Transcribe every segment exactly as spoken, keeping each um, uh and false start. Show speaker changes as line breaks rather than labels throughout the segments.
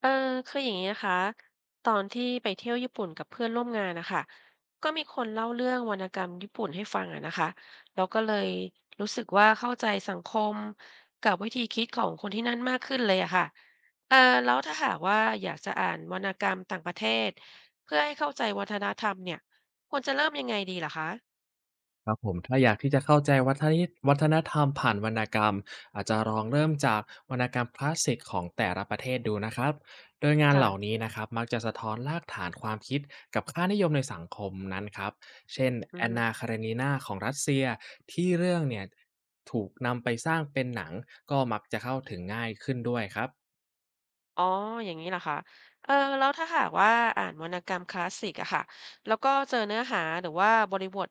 เออคืออย่างนี้นะคะตอนที่ไปเที่ยวญี่ปุ่นกับเพื่อนร่วมงานนะคะก็มีคนเล่าเรื่องวรรณกรรมญี่ปุ่นให้ฟังอะนะคะแล้วก็เลยรู้สึกว่าเข้าใจสังคมกับวิธีคิดของคนที่นั่นมากขึ้นเลยอะค่ะเออแล้วถ้าหากว่าอยากจะอ่านวรรณกรรมต่างประเทศเพื่อให้เข้าใจวัฒนธรรมเนี่ยควรจะเริ่มยังไงดีล่ะคะ
ครับผมถ้าอยากที่จะเข้าใจวัฒนิวัฒนธรรมผ่านวรรณกรรมอาจจะลองเริ่มจากวรรณกรรมคลาสสิกของแต่ละประเทศดูนะครับโดยงานเหล่า
ค่ะ
นี้นะครับมักจะสะท้อนรากฐานความคิดกับค่านิยมในสังคมนั้นครับเช่น
อื
แอนนา
ม
คาเรนีนาของรัสเซียที่เรื่องเนี่ยถูกนำไปสร้างเป็นหนังก็มักจะเข้าถึงง่ายขึ้นด้วยครับ
อ๋ออย่างนี้เหรอคะเออแล้วถ้าหากว่าอ่านวรรณกรรมคลาสสิกอะค่ะแล้วก็เจอเนื้อหาหรือว่าบริบท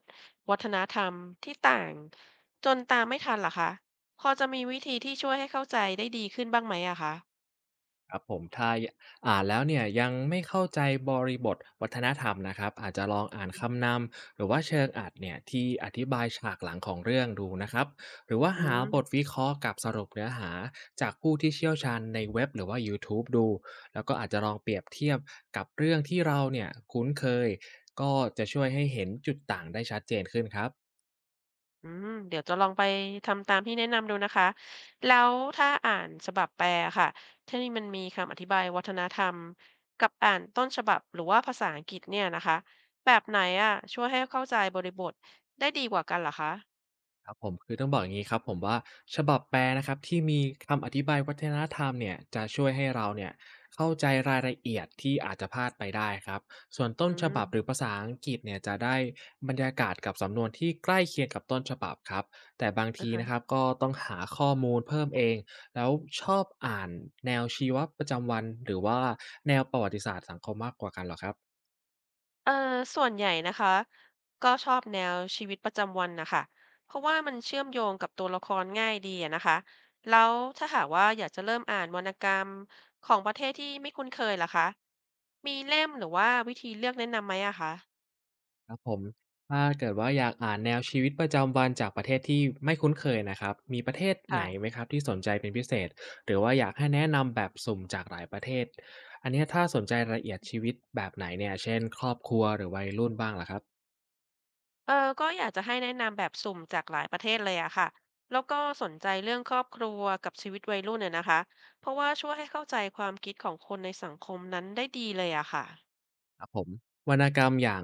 วัฒนธรรมที่ต่างจนตามไม่ทันล่ะคะพอจะมีวิธีที่ช่วยให้เข้าใจได้ดีขึ้นบ้างไหมอะคะ
ครับผมถ้าอ่านแล้วเนี่ยยังไม่เข้าใจบริบทวัฒนธรรมนะครับอาจจะลองอ่านคำนำหรือว่าเชิงอัดเนี่ยที่อธิบายฉากหลังของเรื่องดูนะครับหรือว่า
อื
หา
ม
บทวิเคราะห์กับสรุปเนื้อหาจากผู้ที่เชี่ยวชาญในเว็บหรือว่า ยูทูบ ดูแล้วก็อาจจะลองเปรียบเทียบกับเรื่องที่เราเนี่ยคุ้นเคยก็จะช่วยให้เห็นจุดต่างได้ชัดเจนขึ้นครับ
อืมเดี๋ยวจะลองไปทำตามที่แนะนำดูนะคะแล้วถ้าอ่านฉบับแปลค่ะที่มันมีคำอธิบายวัฒนธรรมกับอ่านต้นฉบับหรือว่าภาษาอังกฤษเนี่ยนะคะแบบไหนอะช่วยให้เข้าใจบริบทได้ดีกว่ากันเหรอคะ
ครับผมคือต้องบอกอย่างนี้ครับผมว่าฉบับแปลนะครับที่มีคำอธิบายวัฒนธรรมเนี่ยจะช่วยให้เราเนี่ยเข้าใจรายละเอียดที่อาจจะพลาดไปได้ครับส่วนต้น
อื
ฉบับหรือ
ม
ภาษาอังกฤษเนี่ยจะได้บรรยากาศกับสำนวนที่ใกล้เคียงกับต้นฉบับครับแต่บาง
นะ
ทีนะครั
คะ
บก็ต้องหาข้อมูลเพิ่มเองแล้วชอบอ่านแนวชีวประจำวันหรือว่าแนวประวัติศาสตร์สังคมมากกว่ากันเหรอครับ
เอ่อส่วนใหญ่นะคะก็ชอบแนวชีวิตประจำวันนะคะเพราะว่ามันเชื่อมโยงกับตัวละครง่ายดีอะนะคะแล้วถ้าหากว่าอยากจะเริ่มอ่านวรรณกรรมของประเทศที่ไม่คุ้นเคยล่ะคะมีเล่มหรือว่าวิธีเลือกแนะนำไหมอะคะ
ครับผมถ้าเกิดว่าอยากอ่านแนวชีวิตประจำวันจากประเทศที่ไม่คุ้นเคยนะครับ มีประเทศไหนไหม
ค่ะ
ครับที่สนใจเป็นพิเศษ หรือว่าอยากให้แนะนำแบบสุ่มจากหลายประเทศ อันเนี้ยถ้าสนใจรายละเอียดชีวิตแบบไหนเนี่ยเช่นครอบครัวหรือวัยรุ่นบ้างล่ะครับ
เออก็อยากจะให้แนะนำแบบสุ่มจากหลายประเทศเลยอะค่ะแล้วก็สนใจเรื่องครอบครัวกับชีวิตวัยรุ่นเนี่ยนะคะเพราะว่าช่วยให้เข้าใจความคิดของคนในสังคมนั้นได้ดีเลยอะค่ะ
ผมวรรณกรรมอย่าง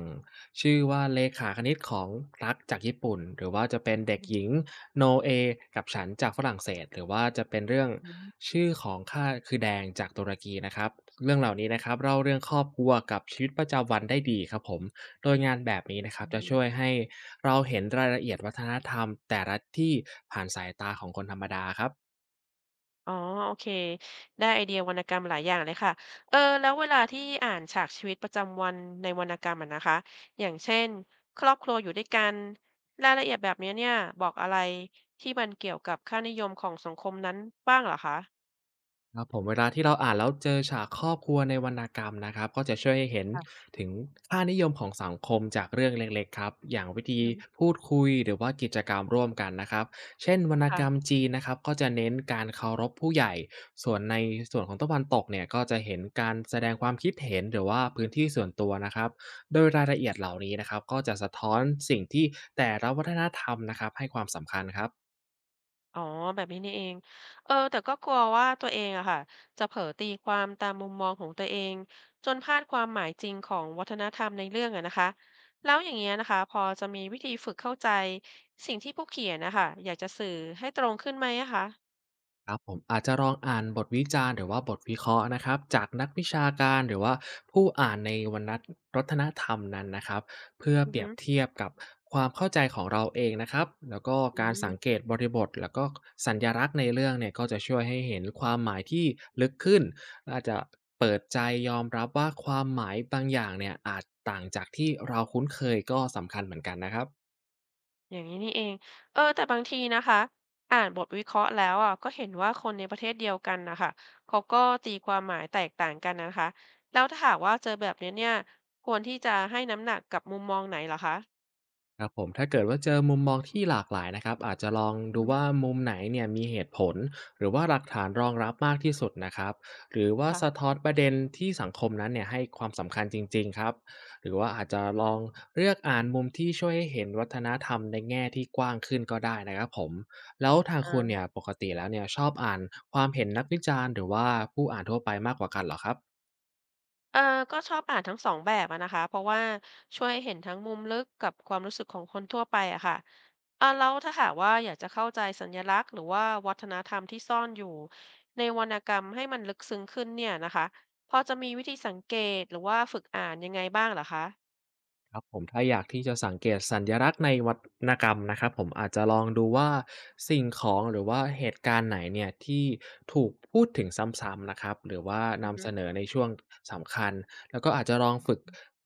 ชื่อว่าเลขาคณิตของรักจากญี่ปุ่นหรือว่าจะเป็นเด็ก
อื
หญิ
ม
งโนเอกับฉันจากฝรั่งเศสหรือว่าจะเป็นเรื่อง
อฮึ
ชื่อของข้าคือแดงจากตุรกีนะครับเรื่องเหล่านี้นะครับเล่าเรื่องครอบครัวกับชีวิตประจำวันได้ดีครับผมโดยงานแบบนี้นะครั
อื
บจะช่วย
ม
ให้เราเห็นรายละเอียดวัฒนธรรมแต่ละที่ผ่านสายตาของคนธรรมดาครับ
อ๋อโอเคได้ไอเดียวรรณกรรมหลายอย่างเลยค่ะเออแล้วเวลาที่อ่านฉากชีวิตประจำวันในวรรณกรรมอะนะคะอย่างเช่นครอบครัวอยู่ด้วยกันรายละเอียดแบบนี้เนี่ยบอกอะไรที่มันเกี่ยวกับค่านิยมของสังคมนั้นบ้างเหรอคะ
ครับผมเวลาที่เราอ่านแล้วเจอฉากครอบครัวในวรรณกรรมนะครับก็จะช่วยให้เห็น
ค่ะ
ถึงค่านิยมของสังคมจากเรื่องเล็กๆครับอย่างวิ
อื
ธี
อฮึ
พูดคุยหรือว่ากิจกรรมร่วมกันนะครับเช่นวรรณกรรม
ค่ะ
จีนนะครับก็จะเน้นการเคารพผู้ใหญ่ส่วนในส่วนของตะวันตกเนี่ยก็จะเห็นการแสดงความคิดเห็นหรือว่าพื้นที่ส่วนตัวนะครับโดยรายละเอียดเหล่านี้นะครับก็จะสะท้อนสิ่งที่แต่ละวัฒนธรรมนะครับให้ความสำคัญครับ
อ๋อแบบนี้นี่เองเออแต่ก็กลัวว่าตัวเองอะค่ะจะเผลอตีความตามมุมมองของตัวเองจนพลาดความหมายจริงของวัฒนธรรมในเรื่องอะนะคะแล้วอย่างเงี้ยนะคะพอจะมีวิธีฝึกเข้าใจสิ่งที่ผู้เขียนนะคะอยากจะสื่อให้ตรงขึ้นไหมอะคะ
ครับผมอาจจะลองอ่านบทวิจารณ์หรือว่าบทวิเคราะห์นะครับจากนักวิชาการหรือว่าผู้อ่านในวรรณรัตนธรรมนั้นนะครับเพื่อ
อื
เป
อ
รีย
ฮึ
บเทียบกับความเข้าใจของเราเองนะครับแล้วก็
อื
การสัง
ม
เกตบริบทแล้วก็สัญลักษณ์ในเรื่องเนี่ยก็จะช่วยให้เห็นความหมายที่ลึกขึ้นและอาจจะเปิดใจยอมรับว่าความหมายบางอย่างเนี่ยอาจต่างจากที่เราคุ้นเคยก็สำคัญเหมือนกันนะครับ
อย่างนี้นี่เอง เออ แต่บางทีนะคะ อ่านบทวิเคราะห์แล้วอ่ะก็เห็นว่าคนในประเทศเดียวกันนะคะ เขาก็ตีความหมายแตกต่างกันนะคะ แล้วถ้าหากว่าเจอแบบนี้เนี่ย ควรที่จะให้น้ำหนักกับมุมมองไหนเหรอคะ
ครับผมถ้าเกิดว่าเจอมุมมองที่หลากหลายนะครับอาจจะลอง
อือ
ดู
ฮึ
ว่ามุมไหนเนี่ยมีเหตุผลหรือว่าหลักฐานรองรับมากที่สุดนะครับหรือว่าสะ
ค่ะ
ท้อนประเด็นที่สังคมนั้นเนี่ยให้ความสำคัญจริงๆครับหรือว่าอาจจะลองเลือกอ่านมุมที่ช่วยให้เห็นวัฒนธรรมในแง่ที่กว้างขึ้นก็ได้นะครับผมแล้วทาง
อ
คุณเนี่ย
่า
ปกติแล้วเนี่ยชอบอ่านความเห็นนักวิจารณ์หรือว่าผู้อ่านทั่วไปมากกว่ากันเหรอครับ
เออก็ชอบอ่านทั้งสองแบบอะนะคะ เพราะว่าช่วยเห็นทั้งมุมลึกกับความรู้สึกของคนทั่วไปอะค่ะอ่าแล้วถ้าหากว่าอยากจะเข้าใจสัญลักษณ์หรือว่าวัฒนธรรมที่ซ่อนอยู่ในวรรณกรรมให้มันลึกซึ้งขึ้นเนี่ยนะคะ พอจะมีวิธีสังเกตหรือว่าฝึกอ่านยังไงบ้างเหรอคะ
ครับผมถ้าอยากที่จะสังเกตสัญลักษณ์ในวรรณกรรมนะครับผมอาจจะลองดูว่าสิ่งของหรือว่าเหตุการณ์ไหนเนี่ยที่ถูกพูดถึงซ้ำๆนะครับหรือว่า
อือ
นำ
ฮึ
เสนอในช่วงสำคัญแล้วก็อาจจะลองฝึก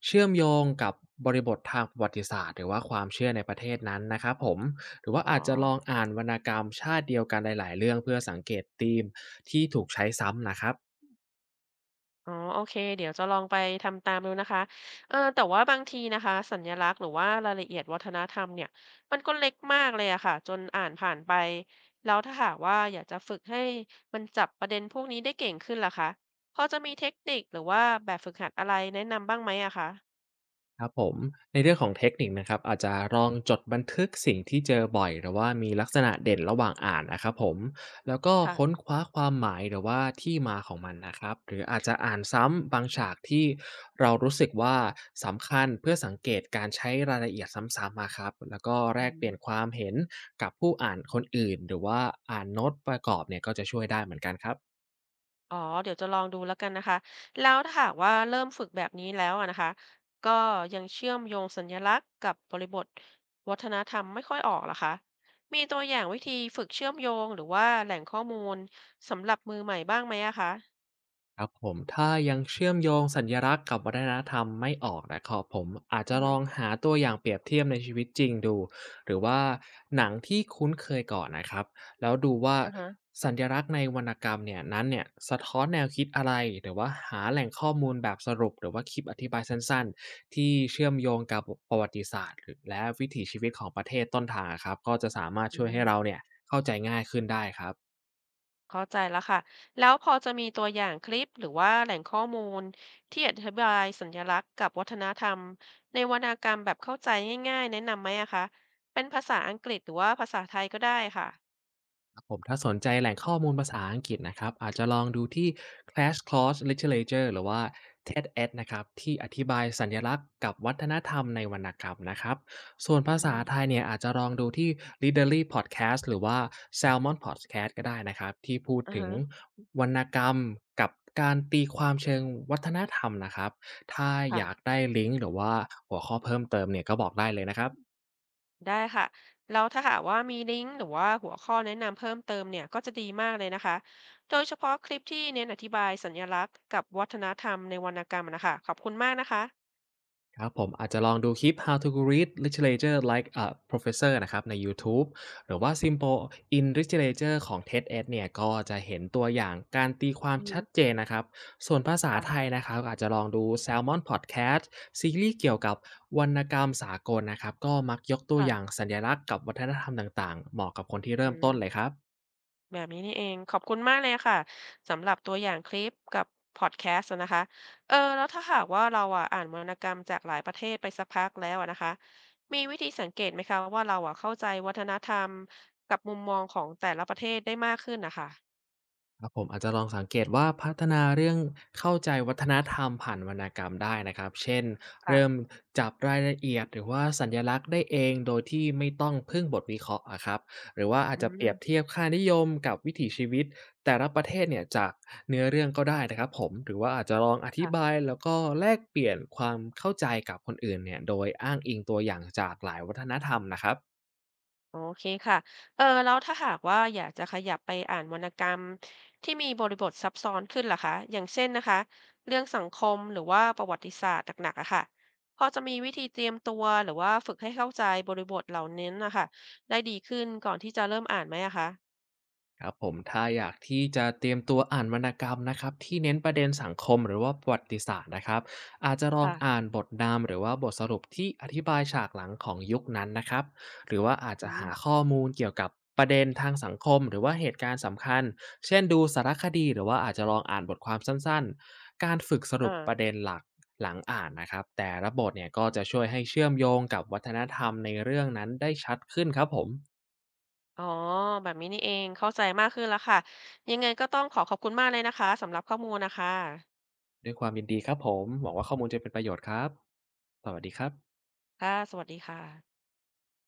เชื่อมโยงกับบริบททางประวัติศาสตร์หรือว่าความเชื่อในประเทศนั้นนะครับผมหรือว่า
อ๋อ
อาจจะลองอ่านวรรณกรรมชาติเดียวกันหลายๆเรื่องเพื่อสังเกตธีมที่ถูกใช้ซ้ำนะครับ
อ๋อโอเคเดี๋ยวจะลองไปทำตามดูนะคะเออแต่ว่าบางทีนะคะสัญลักษณ์หรือว่ารายละเอียดวัฒนธรรมเนี่ยมันก็เล็กมากเลยอะค่ะจนอ่านผ่านไปแล้วถ้าหากว่าอยากจะฝึกให้มันจับประเด็นพวกนี้ได้เก่งขึ้นล่ะคะพอจะมีเทคนิคหรือว่าแบบฝึกหัดอะไรแนะนำบ้างไหมอะคะ
ครับผมในเรื่องของเทคนิคนะครับอาจจะลองจดบันทึกสิ่งที่เจอบ่อยหรือว่ามีลักษณะเด่นระหว่างอ่านนะครับผมแล้วก็ค้น
ค่ะ
คว้าความหมายหรือว่าที่มาของมันนะครับหรืออาจจะอ่านซ้ำบางฉากที่เรารู้สึกว่าสำคัญเพื่อสังเกตการใช้รายละเอียดซ้ำๆมาครับแล้วก็แล
อื
กเป
ม
ลี่ยนความเห็นกับผู้อ่านคนอื่นหรือว่าอ่านโน้ตประกอบเนี่ยก็จะช่วยได้เหมือนกันครับ
อ๋อเดี๋ยวจะลองดูแล้วกันนะคะแล้วถ้าหากว่าเริ่มฝึกแบบนี้แล้วอะนะคะก็ยังเชื่อมโยงสัญลักษณ์กับบริบทวัฒนธรรมไม่ค่อยออกเหรอคะมีตัวอย่างวิธีฝึกเชื่อมโยงหรือว่าแหล่งข้อมูลสำหรับมือใหม่บ้างไหมอะคะ
ครับผมถ้ายังเชื่อมโยงสัญลักษณ์กับวัฒนธรรมไม่ออกนะครับผมอาจจะ
อือ
ล
ฮึ
องหาตัวอย่างเปรียบเทียบในชีวิตจริงดูหรือว่าหนังที่คุ้นเคยก่อนนะครับแล้วดูว่า
อือฮะ
สัญลักษณ์ในวรรณกรรมเนี่ยนั้นเนี่ยสะท้อนแนวคิดอะไรหรือว่าหาแหล่งข้อมูลแบบสรุปหรือว่าคลิปอธิบายสั้นๆที่เชื่อมโยงกับประวัติศาสตร์หรือและวิถีชีวิตของประเทศต้นทางครับก็จะสามารถ
อื
ช่วยให้
ม
เราเนี่ยเข้าใจง่ายขึ้นได้ครับ
เข้าใจแล้วค่ะแล้วพอจะมีตัวอย่างคลิปหรือว่าแหล่งข้อมูลที่อธิบายสัญลักษณ์กับวัฒนธรรมในวรรณกรรมแบบเข้าใจง่ายๆแนะนำไหมอะคะเป็นภาษาอังกฤษหรือว่าภาษาไทยก็ได้ค่ะ
ครับผมถ้าสนใจแหล่งข้อมูลภาษาอังกฤษนะครับอาจจะลองดูที่ c l a s s Course Literature หรือว่า เท็ด เอ็ด-Ed นะครับที่อธิบายสัญลักษณ์กับวัฒนธรรมในวรรณกรรมนะครับส่วน
อื
ภาษา
ม
ไทยเนี่ยอาจจะลองดูที่ Readerly Podcast หรือว่า Salmon Podcast ก็ได้นะครับที่พูด
อะ
ถึง
ฮะ
วรรณกรรมกับการตีความเชิงวัฒนธรรมนะครับถ้าอยาก
ค่ะ
ได้ลิงก์หรือว่าหัวข้อเพิ่มเติมเนี่ยก็บอกได้เลยนะครับ
ได้ค่ะแล้วถ้าหากว่ามีลิงก์หรือว่าหัวข้อแนะนำเพิ่มเติมเนี่ยก็จะดีมากเลยนะคะ โดยเฉพาะคลิปที่เน้นอธิบายสัญลักษณ์กับวัฒนธรรมในวรรณกรรมนะคะ ขอบคุณมากนะคะ
ครับผมอาจจะลองดูคลิป How to read literature like a professor นะครับในยูทูบหรือว่า Simple in literature ของ เท็ด เอ็ด-Ed เอ็ดเนี่ยก็จะเห็นตัวอย่างการตีความ
อื
ชัด
ม
เจนนะครับส่วนภาษา
ค่ะ
ไทยนะครับอาจจะลองดู Salmon Podcast ซีรีส์เกี่ยวกับวรรณกรรมสากลนะครับก็มักยกตัวอย่าง
ค่ะ
สัญลักษณ์กับวัฒนธรรมต่างๆเหมาะกับคนที่
อื
เริ่มต้นเลย
ม
ครับ
แบบนี้นี่เองขอบคุณมากเลยค่ะสำหรับตัวอย่างคลิปกับพอดแคสต์นะคะเออแล้วถ้าหากว่าเราอ่ะอ่านวรรณกรรมจากหลายประเทศไปสักพักแล้วอะนะคะมีวิธีสังเกตไหมคะว่าเราอ่ะเข้าใจวัฒนธรรมกับมุมมองของแต่ละประเทศได้มากขึ้นนะคะ
ครับผมอาจจะลองสังเกตว่าพัฒนาเรื่องเข้าใจวัฒนธรรมผ่านวรรณกรรมได้นะครับเช่นเริ่ม
ค่ะ
จับรายละเอียดหรือว่าสัญลักษณ์ได้เองโดยที่ไม่ต้องพึ่งบทวิเคราะห์อะครับหรือว่าอาจ
อื
จะเปรียบ
ม
เทียบค่านิยมกับวิถีชีวิตแต่ละประเทศเนี่ยจากเนื้อเรื่องก็ได้นะครับผมหรือว่าอาจจะลองอธิบา
ค่ะ
ยแล้วก็แลกเปลี่ยนความเข้าใจกับคนอื่นเนี่ยโดยอ้างอิงตัวอย่างจากหลายวัฒนธรรมนะครับ
โอเคค่ะเออแล้วถ้าหากว่าอยากจะขยับไปอ่านวรรณกรรมที่มีบริบทซับซ้อนขึ้นล่ะคะอย่างเช่นนะคะเรื่องสังคมหรือว่าประวัติศาสตร์หนักๆอะค่ะพอจะมีวิธีเตรียมตัวหรือว่าฝึกให้เข้าใจบริบทเหล่านี้นะคะได้ดีขึ้นก่อนที่จะเริ่มอ่านไหมอะคะ
ครับผมถ้าอยากที่จะเตรียมตัวอ่านวรรณกรรมนะครับที่เน้นประเด็นสังคมหรือว่าประวัติศาสตร์นะครับอาจจะลอง
ค่ะ
อ่านบทนำหรือว่าบทสรุปที่อธิบายฉากหลังของยุคนั้นนะครับหรือว่าอาจ
อื
จะหา
ม
ข้อมูลเกี่ยวกับประเด็นทางสังคมหรือว่าเหตุการณ์สำคัญเช่นดูสารคดีหรือว่าอาจจะลองอ่านบทความสั้นๆการฝึกสรุปประเด็
อ่า
นหลักหลังอ่านนะครับแต่ละบทเนี่ยก็จะช่วยให้เชื่อมโยงกับวัฒนธรรมในเรื่องนั้นได้ชัดขึ้นครับผม
อ๋อแบบนี้นี่เองเข้าใจมากขึ้นแล้วค่ะยังไงก็ต้องขอขอบคุณมากเลยนะคะสำหรับข้อมูลนะคะ
ด้วยความยินดีครับผม หวังว่าข้อมูลจะเป็นประโยชน์ครับ สวัสดีครับ
ค่ะสวัสดีค่ะ